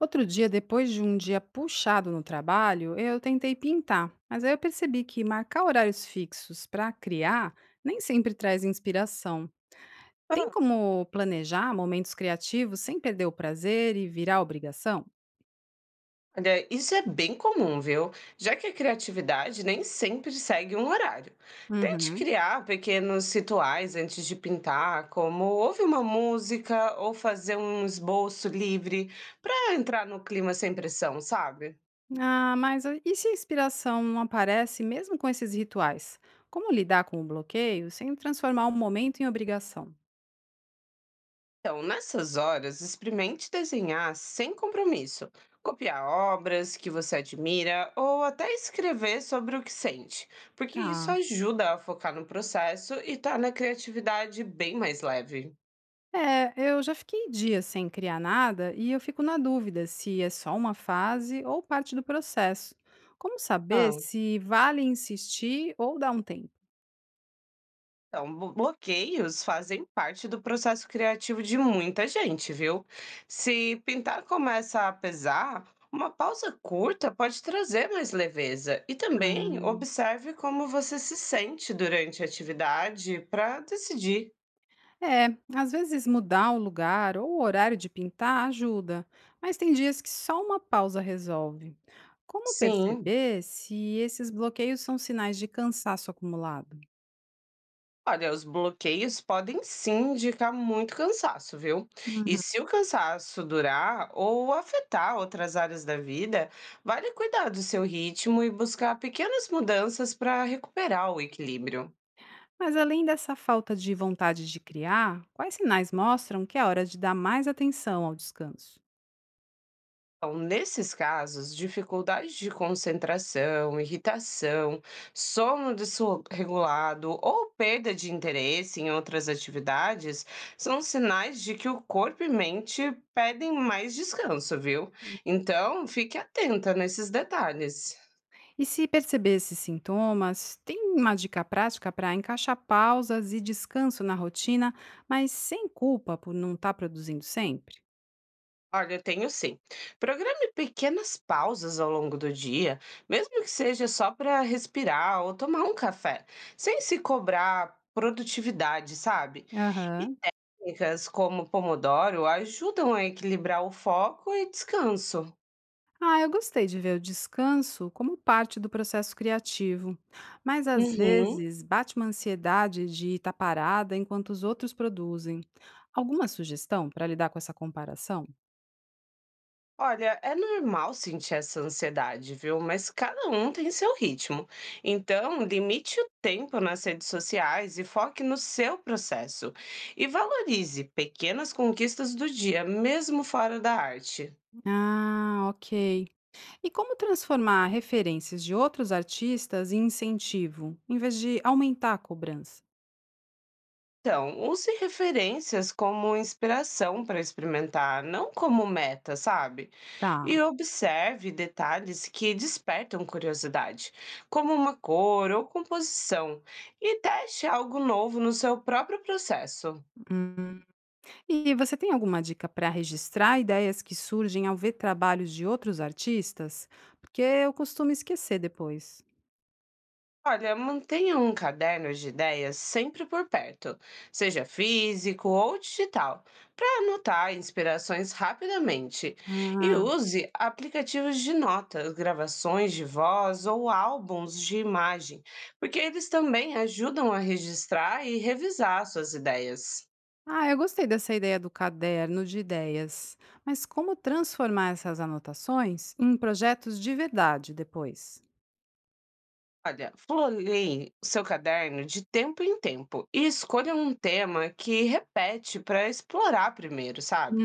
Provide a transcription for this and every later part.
Outro dia, depois de um dia puxado no trabalho, eu tentei pintar, mas aí eu percebi que marcar horários fixos para criar nem sempre traz inspiração. Tem Ah, como planejar momentos criativos sem perder o prazer e virar obrigação? olha, isso é bem comum, viu? Já que a criatividade nem sempre segue um horário. Tente Uhum. criar pequenos rituais antes de pintar, como ouvir uma música ou fazer um esboço livre para entrar no clima sem pressão, sabe? Ah, mas e se a inspiração não aparece mesmo com esses rituais? Como lidar com o bloqueio sem transformar o momento em obrigação? Então, nessas horas, experimente desenhar sem compromisso, copiar obras que você admira ou até escrever sobre o que sente, porque isso Tá. ajuda a focar no processo e torna a criatividade bem mais leve. É, eu já fiquei dias sem criar nada e eu fico na dúvida se é só uma fase ou parte do processo. Como saber Ah. se vale insistir ou dar um tempo? Então, bo bloqueios fazem parte do processo criativo de muita gente, viu? Se pintar começa a pesar, uma pausa curta pode trazer mais leveza. E também Hum, observe como você se sente durante a atividade para decidir. É, às vezes mudar o lugar ou o horário de pintar ajuda, mas tem dias que só uma pausa resolve. Como Sim. perceber se esses bloqueios são sinais de cansaço acumulado? Olha, os bloqueios podem sim indicar muito cansaço, viu? E se o cansaço durar ou afetar outras áreas da vida, vale cuidar do seu ritmo e buscar pequenas mudanças para recuperar o equilíbrio. Mas além dessa falta de vontade de criar, quais sinais mostram que é hora de dar mais atenção ao descanso? Então, nesses casos, dificuldades de concentração, irritação, sono desregulado ou perda de interesse em outras atividades são sinais de que o corpo e mente pedem mais descanso, viu? Então, fique atenta nesses detalhes. E se perceber esses sintomas, tem uma dica prática para encaixar pausas e descanso na rotina, mas sem culpa por não estar produzindo sempre? Olha, eu tenho sim. Programe pequenas pausas ao longo do dia, mesmo que seja só para respirar ou tomar um café, sem se cobrar produtividade, sabe? Aham. Técnicas como Pomodoro ajudam a equilibrar o foco e descanso. Ah, eu gostei de ver o descanso como parte do processo criativo. Mas às Uhum. vezes bate uma ansiedade de estar parada enquanto os outros produzem. Alguma sugestão para lidar com essa comparação? Olha, é normal sentir essa ansiedade, viu? Mas cada um tem seu ritmo. Então, limite o tempo nas redes sociais e foque no seu processo. E valorize pequenas conquistas do dia, mesmo fora da arte. Ah, ok. E como transformar referências de outros artistas em incentivo, em vez de aumentar a cobrança? Então, use referências como inspiração para experimentar, não como meta, sabe? Tá. E observe detalhes que despertam curiosidade, como uma cor ou composição, e teste algo novo no seu próprio processo. Hum. E você tem alguma dica para registrar ideias que surgem ao ver trabalhos de outros artistas? Porque eu costumo esquecer depois. Olha, mantenha um caderno de ideias sempre por perto, seja físico ou digital, para anotar inspirações rapidamente. E Ah, use aplicativos de notas, gravações de voz ou álbuns de imagem, porque eles também ajudam a registrar e revisar suas ideias. ah, eu gostei dessa ideia do caderno de ideias. Mas como transformar essas anotações em projetos de verdade depois? Olha, floleie o seu caderno de tempo em tempo e escolha um tema que repete para explorar primeiro, sabe?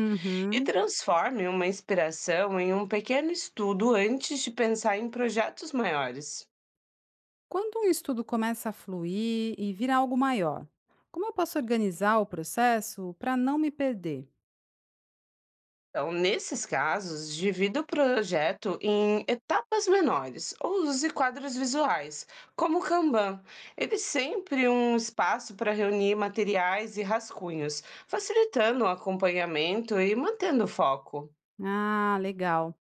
E transforme uma inspiração em um pequeno estudo antes de pensar em projetos maiores. Quando um estudo começa a fluir e vira algo maior, como eu posso organizar o processo para não me perder? Então, nesses casos, divida o projeto em etapas menores ou use quadros visuais, como o Kanban. Ele é sempre um espaço para reunir materiais e rascunhos, facilitando o acompanhamento e mantendo o foco. Ah, legal.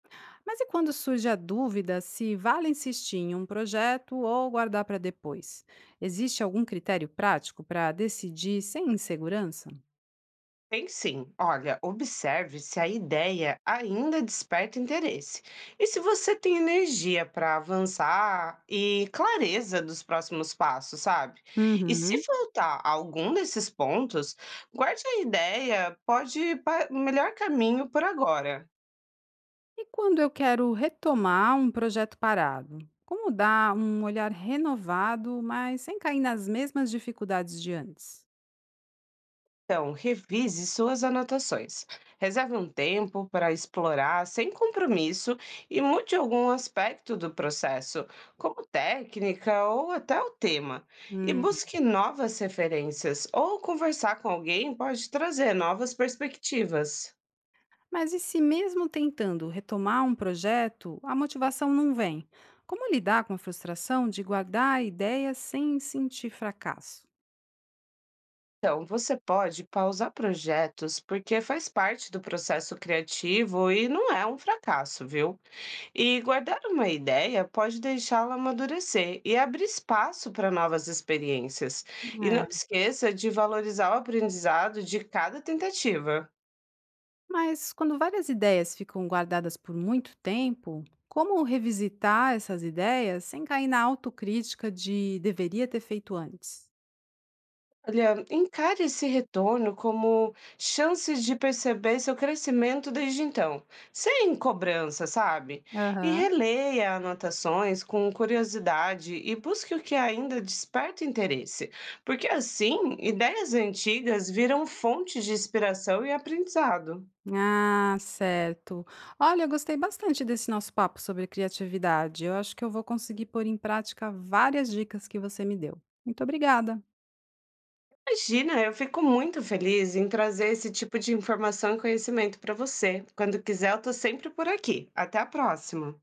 Mas e quando surge a dúvida se vale insistir em um projeto ou guardar para depois? Existe algum critério prático para decidir sem insegurança? Tem sim. Olha, observe se a ideia ainda desperta interesse e se você tem energia para avançar e clareza dos próximos passos, sabe? E se Uhum. faltar algum desses pontos, guarde a ideia, pode ir para o melhor caminho por agora. E quando eu quero retomar um projeto parado? Como dar um olhar renovado, mas sem cair nas mesmas dificuldades de antes? Então, revise suas anotações. Reserve um tempo para explorar sem compromisso e mude algum aspecto do processo, como técnica ou até o tema. E busque novas referências ou conversar com alguém pode trazer novas perspectivas. Mas e se mesmo tentando retomar um projeto, a motivação não vem? Como lidar com a frustração de guardar ideias sem sentir fracasso? Então, você pode pausar projetos porque faz parte do processo criativo e não é um fracasso, viu? E guardar uma ideia pode deixá-la amadurecer e abrir espaço para novas experiências. E não É. esqueça de valorizar o aprendizado de cada tentativa. Mas quando várias ideias ficam guardadas por muito tempo, como revisitar essas ideias sem cair na autocrítica de deveria ter feito antes? Olha, encare esse retorno como chance de perceber seu crescimento desde então, sem cobrança, sabe? E Aham. releia anotações com curiosidade e busque o que ainda desperta interesse, porque assim, ideias antigas viram fonte de inspiração e aprendizado. Ah, certo. Olha, eu gostei bastante desse nosso papo sobre criatividade. Eu acho que eu vou conseguir pôr em prática várias dicas que você me deu. Muito obrigada. Imagina, eu fico muito feliz em trazer esse tipo de informação e conhecimento para você. Quando quiser, eu estou sempre por aqui. Até a próxima.